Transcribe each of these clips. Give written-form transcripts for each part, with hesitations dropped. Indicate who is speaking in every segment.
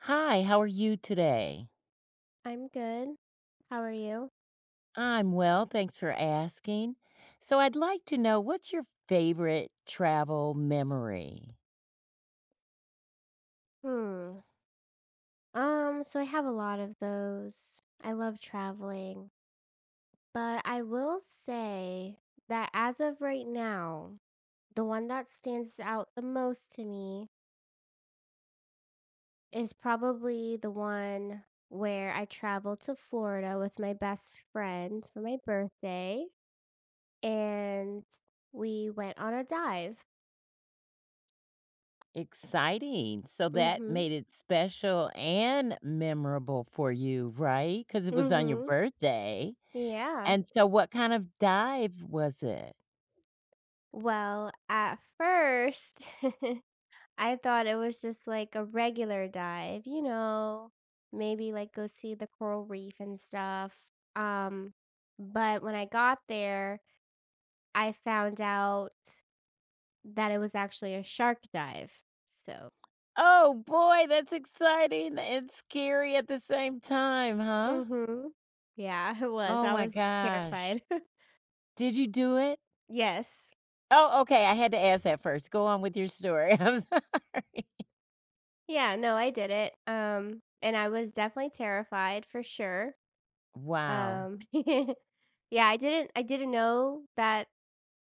Speaker 1: Hi, how are you today?
Speaker 2: I'm good. How are you?
Speaker 1: I'm well, thanks for asking. So, I'd like to know what's your favorite travel memory?
Speaker 2: Hmm. So I have a lot of those. I love traveling, but I will say that as of right now, the one that stands out the most to me is probably the one where I traveled to Florida with my best friend for my birthday and we went on a dive.
Speaker 1: Exciting. So, that
Speaker 2: Mhm.
Speaker 1: made it special and memorable for you, right? Because it was on your
Speaker 2: Mhm.
Speaker 1: birthday.
Speaker 2: Yeah.
Speaker 1: And so, what kind of dive was it?
Speaker 2: Well, at first I thought it was just like a regular dive, maybe like go see the coral reef and stuff. Um, but when I got there, I found out that it was actually a shark dive. So,
Speaker 1: Oh, boy, that's exciting and scary at the same time, huh?
Speaker 2: mm-hmm. Yeah, it was.
Speaker 1: Oh
Speaker 2: I
Speaker 1: my
Speaker 2: was
Speaker 1: gosh.
Speaker 2: terrified.
Speaker 1: Did you do it?
Speaker 2: Yes.
Speaker 1: Oh, okay, I had to ask that first. Go on with your story. I'm sorry.
Speaker 2: Yeah, no, I did it. And I was definitely terrified for sure.
Speaker 1: Wow.
Speaker 2: Yeah, I didn't know that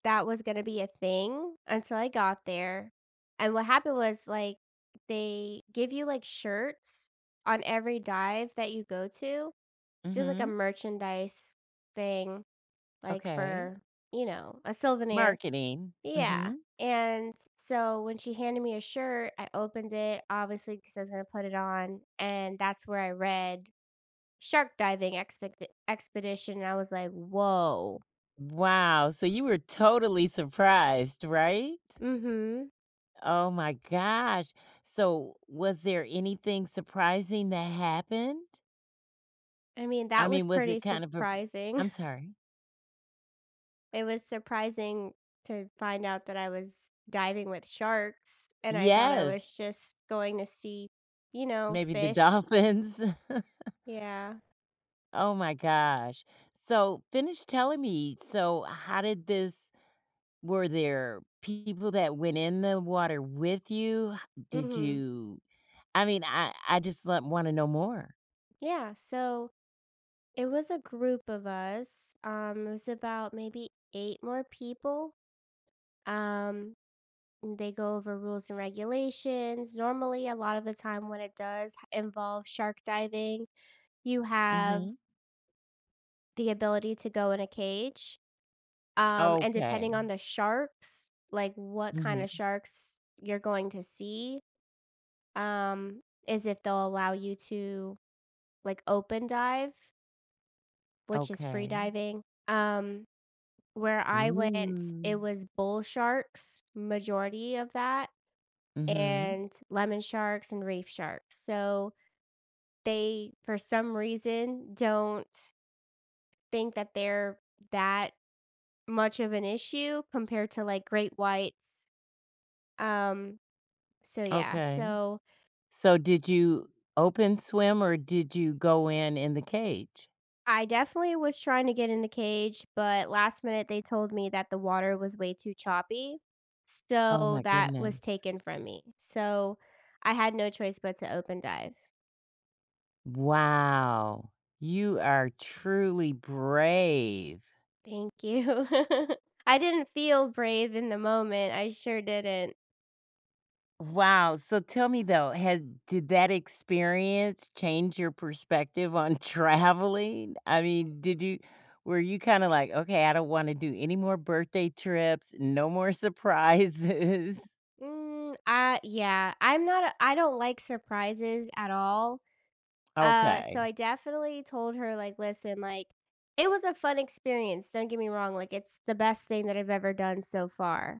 Speaker 2: that was gonna be a thing until I got there, and what happened was, like, they give you, like, shirts on every dive that you go to. It's just like a
Speaker 1: Mhm.
Speaker 2: merchandise thing, like,
Speaker 1: Okay.
Speaker 2: for, you know, a souvenir.
Speaker 1: Marketing.
Speaker 2: Yeah,
Speaker 1: Mhm.
Speaker 2: and so when she handed me a shirt, I opened it, obviously because I was gonna put it on, and that's where I read shark diving expect expedition, and I was like, "Whoa."
Speaker 1: Wow, so you were totally surprised, right?
Speaker 2: Mhm.
Speaker 1: Oh my gosh. So was there anything surprising that happened?
Speaker 2: I mean,
Speaker 1: I
Speaker 2: that was
Speaker 1: mean, was
Speaker 2: pretty
Speaker 1: it kind of a
Speaker 2: surprising.
Speaker 1: I'm sorry.
Speaker 2: It was surprising to find out that I was diving with sharks, and I thought I
Speaker 1: Yes,
Speaker 2: was just going to see, you know,
Speaker 1: maybe the
Speaker 2: fish.
Speaker 1: dolphins.
Speaker 2: Yeah.
Speaker 1: Oh my gosh. So finish telling me. So how did this were there people that went in the water with you? Did
Speaker 2: Mhm.
Speaker 1: you I mean, I just want to know more.
Speaker 2: Yeah, so it was a group of us. It was about maybe 8 more people. Um, they go over rules and regulations. Normally, a lot of the time when it does involve shark diving, you have
Speaker 1: Mhm.
Speaker 2: the ability to go in a cage. And depending
Speaker 1: Okay.
Speaker 2: on the sharks, like what kind of
Speaker 1: Mhm.
Speaker 2: sharks you're going to see, um, is if they'll allow you to like open dive, which is free
Speaker 1: Okay.
Speaker 2: diving. Um, where I went, it
Speaker 1: Ooh.
Speaker 2: was bull sharks, majority of that,
Speaker 1: Mhm.
Speaker 2: and lemon sharks and reef sharks. So they, for some reason, don't think that they're that much of an issue compared to like great whites. um So yeah,
Speaker 1: Okay.
Speaker 2: so
Speaker 1: So did you open swim or did you go in the cage?
Speaker 2: I definitely was trying to get in the cage, but last minute they told me that the water was way too choppy.
Speaker 1: Oh
Speaker 2: So
Speaker 1: my
Speaker 2: that was
Speaker 1: goodness.
Speaker 2: taken from me. So I had no choice but to open dive.
Speaker 1: Wow. You are truly brave.
Speaker 2: Thank you. I didn't feel brave in the moment. I sure didn't.
Speaker 1: Wow. So tell me though, had did that experience change your perspective on traveling? I mean, did you were you kind of like, okay, I don't want to do any more birthday trips, no more surprises?
Speaker 2: I yeah, I'm not a, I don't like surprises at all. So
Speaker 1: Okay.
Speaker 2: I definitely told her, like, "Listen, like, it was a fun experience, don't get me wrong, like, it's the best thing that I've ever done so far."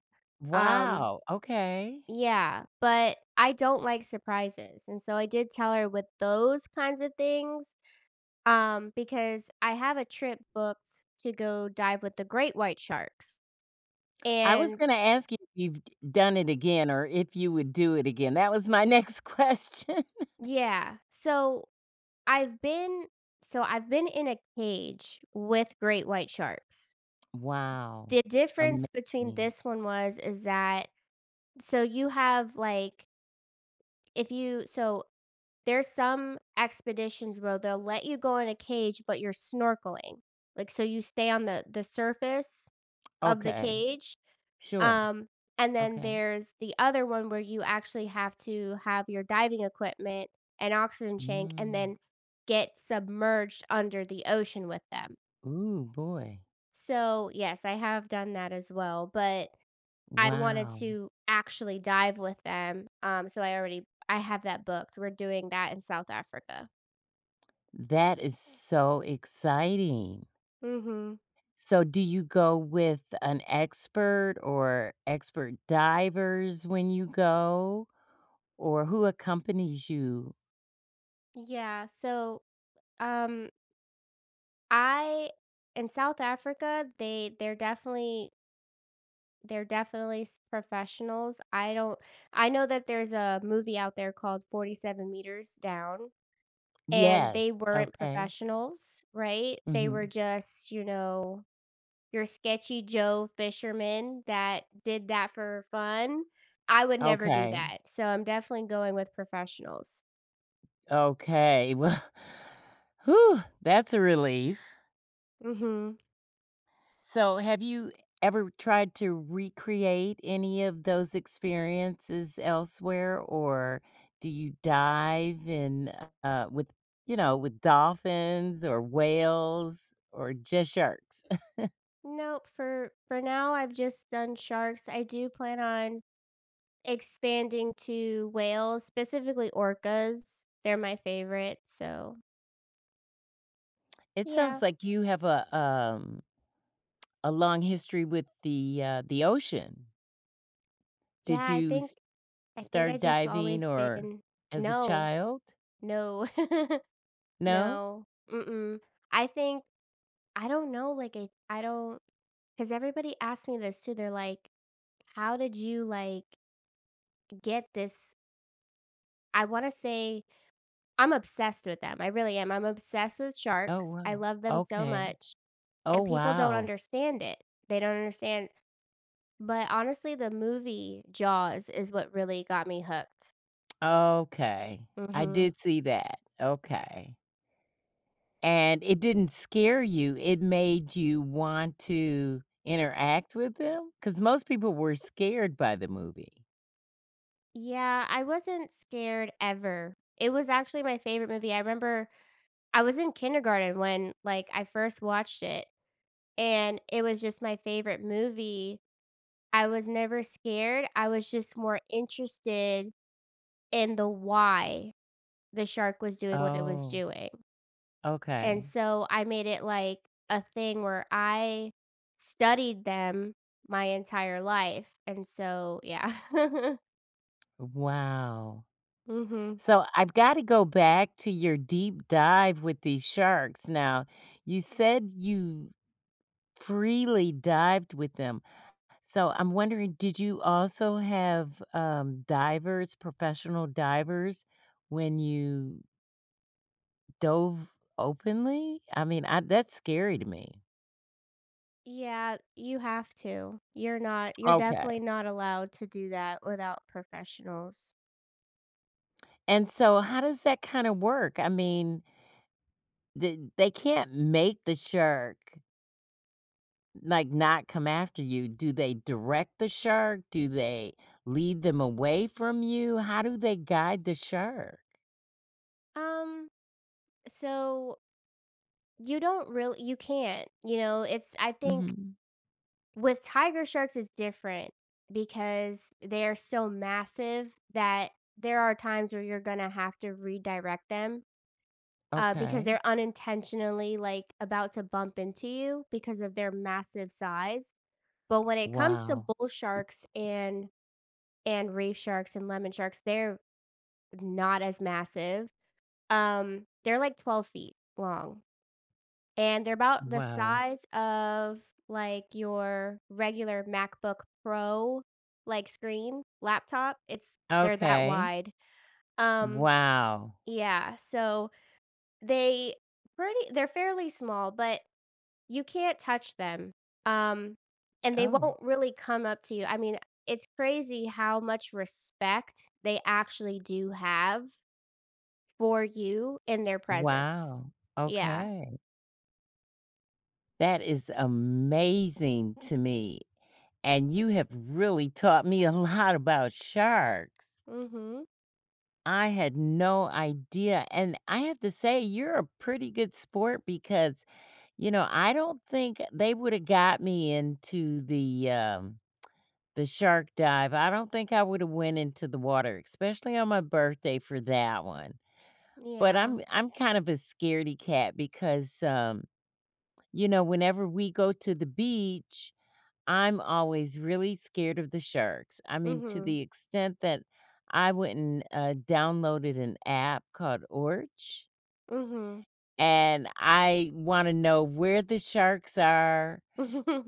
Speaker 2: Um,
Speaker 1: Wow, okay.
Speaker 2: yeah, but I don't like surprises, and so I did tell her with those kinds of things, because I have a trip booked to go dive with the great white sharks,
Speaker 1: I was
Speaker 2: and
Speaker 1: gonna ask you if you've d done it again or if you would do it again. That was my next question.
Speaker 2: yeah, so I've been I've been in a cage with great white sharks.
Speaker 1: Wow,
Speaker 2: The difference between
Speaker 1: amazing.
Speaker 2: this one was is that so you have, like, if you so there's some expeditions where they'll let you go in a cage, but you're snorkeling. Like, so you stay on the surface of the
Speaker 1: Okay,
Speaker 2: cage,
Speaker 1: sure,
Speaker 2: um, and then
Speaker 1: okay.
Speaker 2: there's the other one where you actually have to have your diving equipment and oxygen tank and
Speaker 1: Mm.
Speaker 2: then get submerged under the ocean with them.
Speaker 1: Ooh, boy.
Speaker 2: So, yes, I have done that as well, but I wanted
Speaker 1: Wow,
Speaker 2: to actually dive with them, so I have that booked. We're doing that in South Africa.
Speaker 1: that is so exciting.
Speaker 2: Mhm.
Speaker 1: So do you go with an expert or expert divers when you go, or who accompanies you?
Speaker 2: Yeah, so, um, I in South Africa, they're definitely s professionals. I don't I know that there's a movie out there called 47 Meters Down, and
Speaker 1: Yes,
Speaker 2: they weren't
Speaker 1: okay.
Speaker 2: professionals, right? They were
Speaker 1: Mhm.
Speaker 2: just, you know, your sketchy Joe fisherman that did that for fun. I would never do
Speaker 1: Okay,
Speaker 2: that. So I'm definitely going with professionals.
Speaker 1: okay, well, whew, that's a relief.
Speaker 2: Mhm.
Speaker 1: So, have you ever tried to recreate any of those experiences elsewhere, or do you dive in, with, you know, with dolphins or whales or just sharks?
Speaker 2: Nope, for now I've just done sharks. I do plan on expanding to whales, specifically orcas. They're my favorite, so
Speaker 1: It
Speaker 2: yeah.
Speaker 1: sounds like you have a long history with the ocean. Did
Speaker 2: Yeah, I
Speaker 1: you
Speaker 2: think
Speaker 1: s
Speaker 2: I
Speaker 1: start
Speaker 2: just
Speaker 1: diving
Speaker 2: always
Speaker 1: or
Speaker 2: been
Speaker 1: as a
Speaker 2: no,
Speaker 1: child?
Speaker 2: no,
Speaker 1: No?
Speaker 2: no, mm-mm. I think I don't know, like I don't. 'Cause everybody asks me this too, they're like, "How did you, like, get this?" I wanna say I'm obsessed with them, I really am, I'm obsessed with
Speaker 1: Oh,
Speaker 2: sharks, I
Speaker 1: wow.
Speaker 2: love them so
Speaker 1: Okay.
Speaker 2: much,
Speaker 1: Oh,
Speaker 2: and people don't
Speaker 1: wow.
Speaker 2: understand it, they don't understand, but honestly, the movie Jaws is what really got me hooked.
Speaker 1: Okay. I
Speaker 2: Mhm.
Speaker 1: did see that. Okay. And it didn't scare you, it made you want to interact with them, because most people were scared by the movie.
Speaker 2: Yeah, I wasn't scared ever. It was actually my favorite movie. I remember I was in kindergarten when, like, I first watched it, and it was just my favorite movie. I was never scared, I was just more interested in the why the shark was doing what it was
Speaker 1: Oh,
Speaker 2: doing, and
Speaker 1: okay.
Speaker 2: so I made it like a thing where I studied them my entire life, and so yeah.
Speaker 1: Wow.
Speaker 2: Mhm.
Speaker 1: So, I've gotta go back to your deep dive with these sharks. Now, you said you freely dived with them. So I'm wondering, did you also have divers, professional divers, when you dove openly? I mean, that's scary to me.
Speaker 2: Yeah, you have to. You're
Speaker 1: Okay.
Speaker 2: definitely not allowed to do that without professionals.
Speaker 1: And so, how does that kind of work? I mean, they can't make the shark like not come after you. Do they direct the shark? Do they lead them away from you? How do they guide the shark?
Speaker 2: Um, so you don't really you can't, you know, it's I think
Speaker 1: Hmm.
Speaker 2: with tiger sharks, it's different because they're so massive that there are times where you're gonna have to redirect them, because
Speaker 1: Okay.
Speaker 2: they're unintentionally like about to bump into you because of their massive size. But when it comes to
Speaker 1: Wow.
Speaker 2: bull sharks and reef sharks and lemon sharks, they're not as massive. They're like 12 feet long, and they're about the
Speaker 1: Wow.
Speaker 2: size of, like, your regular MacBook Pro, like, screen laptop. It's they're that
Speaker 1: Okay.
Speaker 2: wide. Um,
Speaker 1: Wow.
Speaker 2: yeah, so they pretty they're fairly small, but you can't touch them, um, and they
Speaker 1: Oh,
Speaker 2: won't really come up to you. I mean, it's crazy how much respect they actually do have for you in their presence.
Speaker 1: wow.
Speaker 2: Yeah.
Speaker 1: Okay. That is amazing to me, and you have really taught me a lot about sharks.
Speaker 2: Mhm.
Speaker 1: I had no idea, and I have to say you're a pretty good sport because, you know, I don't think they woulda got me into the shark dive. I don't think I woulda went into the water, especially on my birthday for that one, but
Speaker 2: Yeah.
Speaker 1: I'm kind of a scaredy cat because, you know, whenever we go to the beach, I'm always really scared of the sharks. I mean, to
Speaker 2: Mhm.
Speaker 1: the extent that I went and downloaded an app called Orch,
Speaker 2: Mhm.
Speaker 1: and I want to know where the sharks are.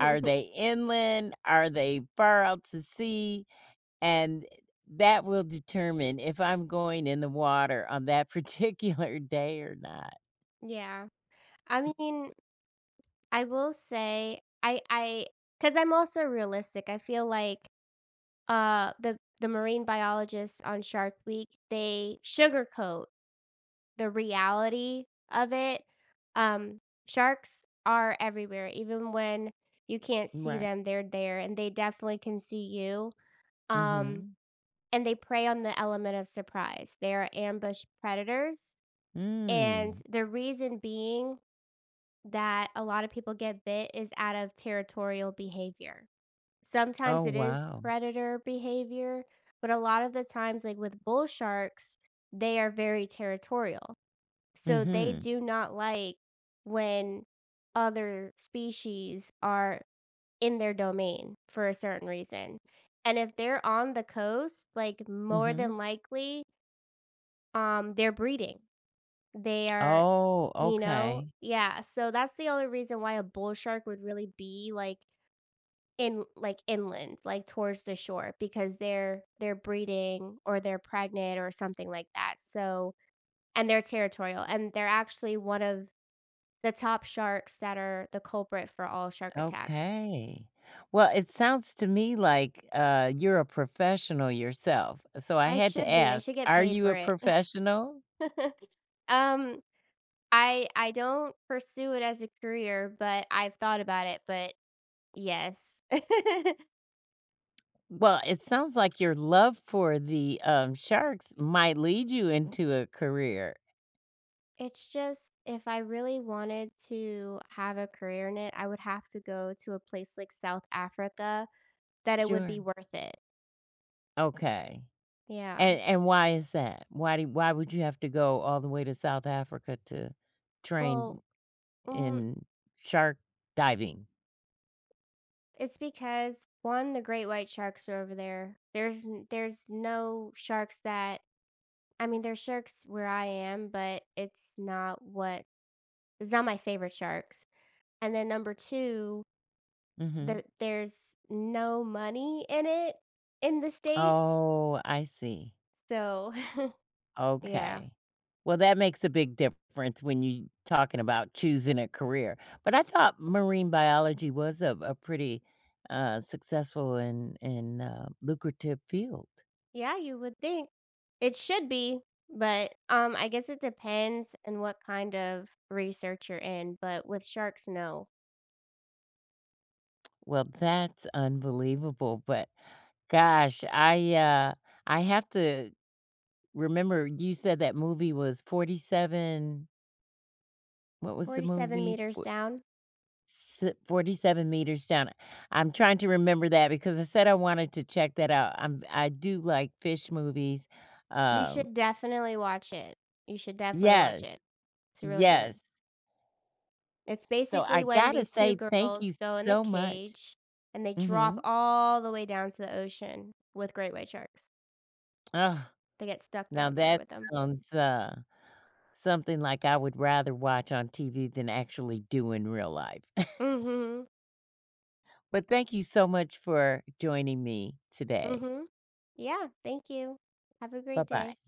Speaker 1: Are they inland? Are they far out to sea? And that will determine if I'm going in the water on that particular day or not.
Speaker 2: Yeah. I mean, I will say because I 'cause I'm also realistic. I feel like the marine biologists on Shark Week, they sugarcoat the reality of it. Um Sharks are everywhere. Even when you can't see
Speaker 1: Right.
Speaker 2: them, they're there and they definitely can see you. Um
Speaker 1: Mm-hmm.
Speaker 2: and they prey on the element of surprise. They are ambush predators. And
Speaker 1: Mm.
Speaker 2: the reason being that a lot of people get bit is out of territorial behavior. Sometimes
Speaker 1: Oh,
Speaker 2: it is
Speaker 1: wow.
Speaker 2: predator behavior, but a lot of the times, like with bull sharks, they are very territorial. So they
Speaker 1: Mm-hmm.
Speaker 2: do not like when other species are in their domain for a certain reason. And if they're on the coast, like more
Speaker 1: Mhm.
Speaker 2: than likely, they're breeding. They are
Speaker 1: Oh,
Speaker 2: you know?
Speaker 1: okay,
Speaker 2: Yeah, so that's the only reason why a bull shark would really be, like, in like, inland, like, towards the shore because they're breeding or they're pregnant or something like that, so and they're territorial, and they're actually one of the top sharks that are the culprit for all shark attacks.
Speaker 1: okay. Well, it sounds to me like, you're a professional yourself, so I
Speaker 2: I
Speaker 1: had to
Speaker 2: should be, I
Speaker 1: ask,
Speaker 2: should get
Speaker 1: are
Speaker 2: paid
Speaker 1: you
Speaker 2: for
Speaker 1: a
Speaker 2: it.
Speaker 1: professional?
Speaker 2: Um, I don't pursue it as a career, but I've thought about it, but yes.
Speaker 1: Well, it sounds like your love for the, sharks might lead you into a career.
Speaker 2: It's just if I really wanted to have a career in it, I would have to go to a place like South Africa that it would be
Speaker 1: Sure.
Speaker 2: worth it.
Speaker 1: Okay.
Speaker 2: Yeah.
Speaker 1: And why is that? Why would you have to go all the way to South Africa to train
Speaker 2: Well, mm,
Speaker 1: in shark diving?
Speaker 2: it's because one, the great white sharks are over there. There's no sharks that I mean, there's sharks where I am, but it's not my favorite sharks. And then number two,
Speaker 1: Mhm.
Speaker 2: there's no money in it in the states.
Speaker 1: Oh, I see.
Speaker 2: So, yeah.
Speaker 1: Okay. Well, that makes a big difference when you talking about choosing a career. But I thought marine biology was a pretty, successful and, lucrative field.
Speaker 2: Yeah, you would think. It should be, but I guess it depends on what kind of research you're in, but with sharks, no.
Speaker 1: Well, that's unbelievable, but gosh, I have to remember you said that movie was 47, what was the
Speaker 2: 47
Speaker 1: movie?
Speaker 2: meters
Speaker 1: For
Speaker 2: down.
Speaker 1: s 47 Meters Down. I'm trying to remember that because I said I wanted to check that out. I do like fish movies.
Speaker 2: You
Speaker 1: Um,
Speaker 2: should definitely watch it. You should definitely watch it.
Speaker 1: yes,
Speaker 2: It's really good.
Speaker 1: yes.
Speaker 2: It's
Speaker 1: So
Speaker 2: basically
Speaker 1: I
Speaker 2: when
Speaker 1: gotta
Speaker 2: these two
Speaker 1: say thank
Speaker 2: girls
Speaker 1: you
Speaker 2: go in the
Speaker 1: so much.
Speaker 2: cage and they drop
Speaker 1: Mhm.
Speaker 2: all the way down to the ocean with great white sharks.
Speaker 1: Oh,
Speaker 2: They get stuck
Speaker 1: now
Speaker 2: down there
Speaker 1: that
Speaker 2: with them.
Speaker 1: sounds, something like I would rather watch on TV than actually do in real life.
Speaker 2: Mhm.
Speaker 1: But thank you so much for joining me today.
Speaker 2: Mhm. Yeah, thank you. Have a great day.
Speaker 1: Bye-bye.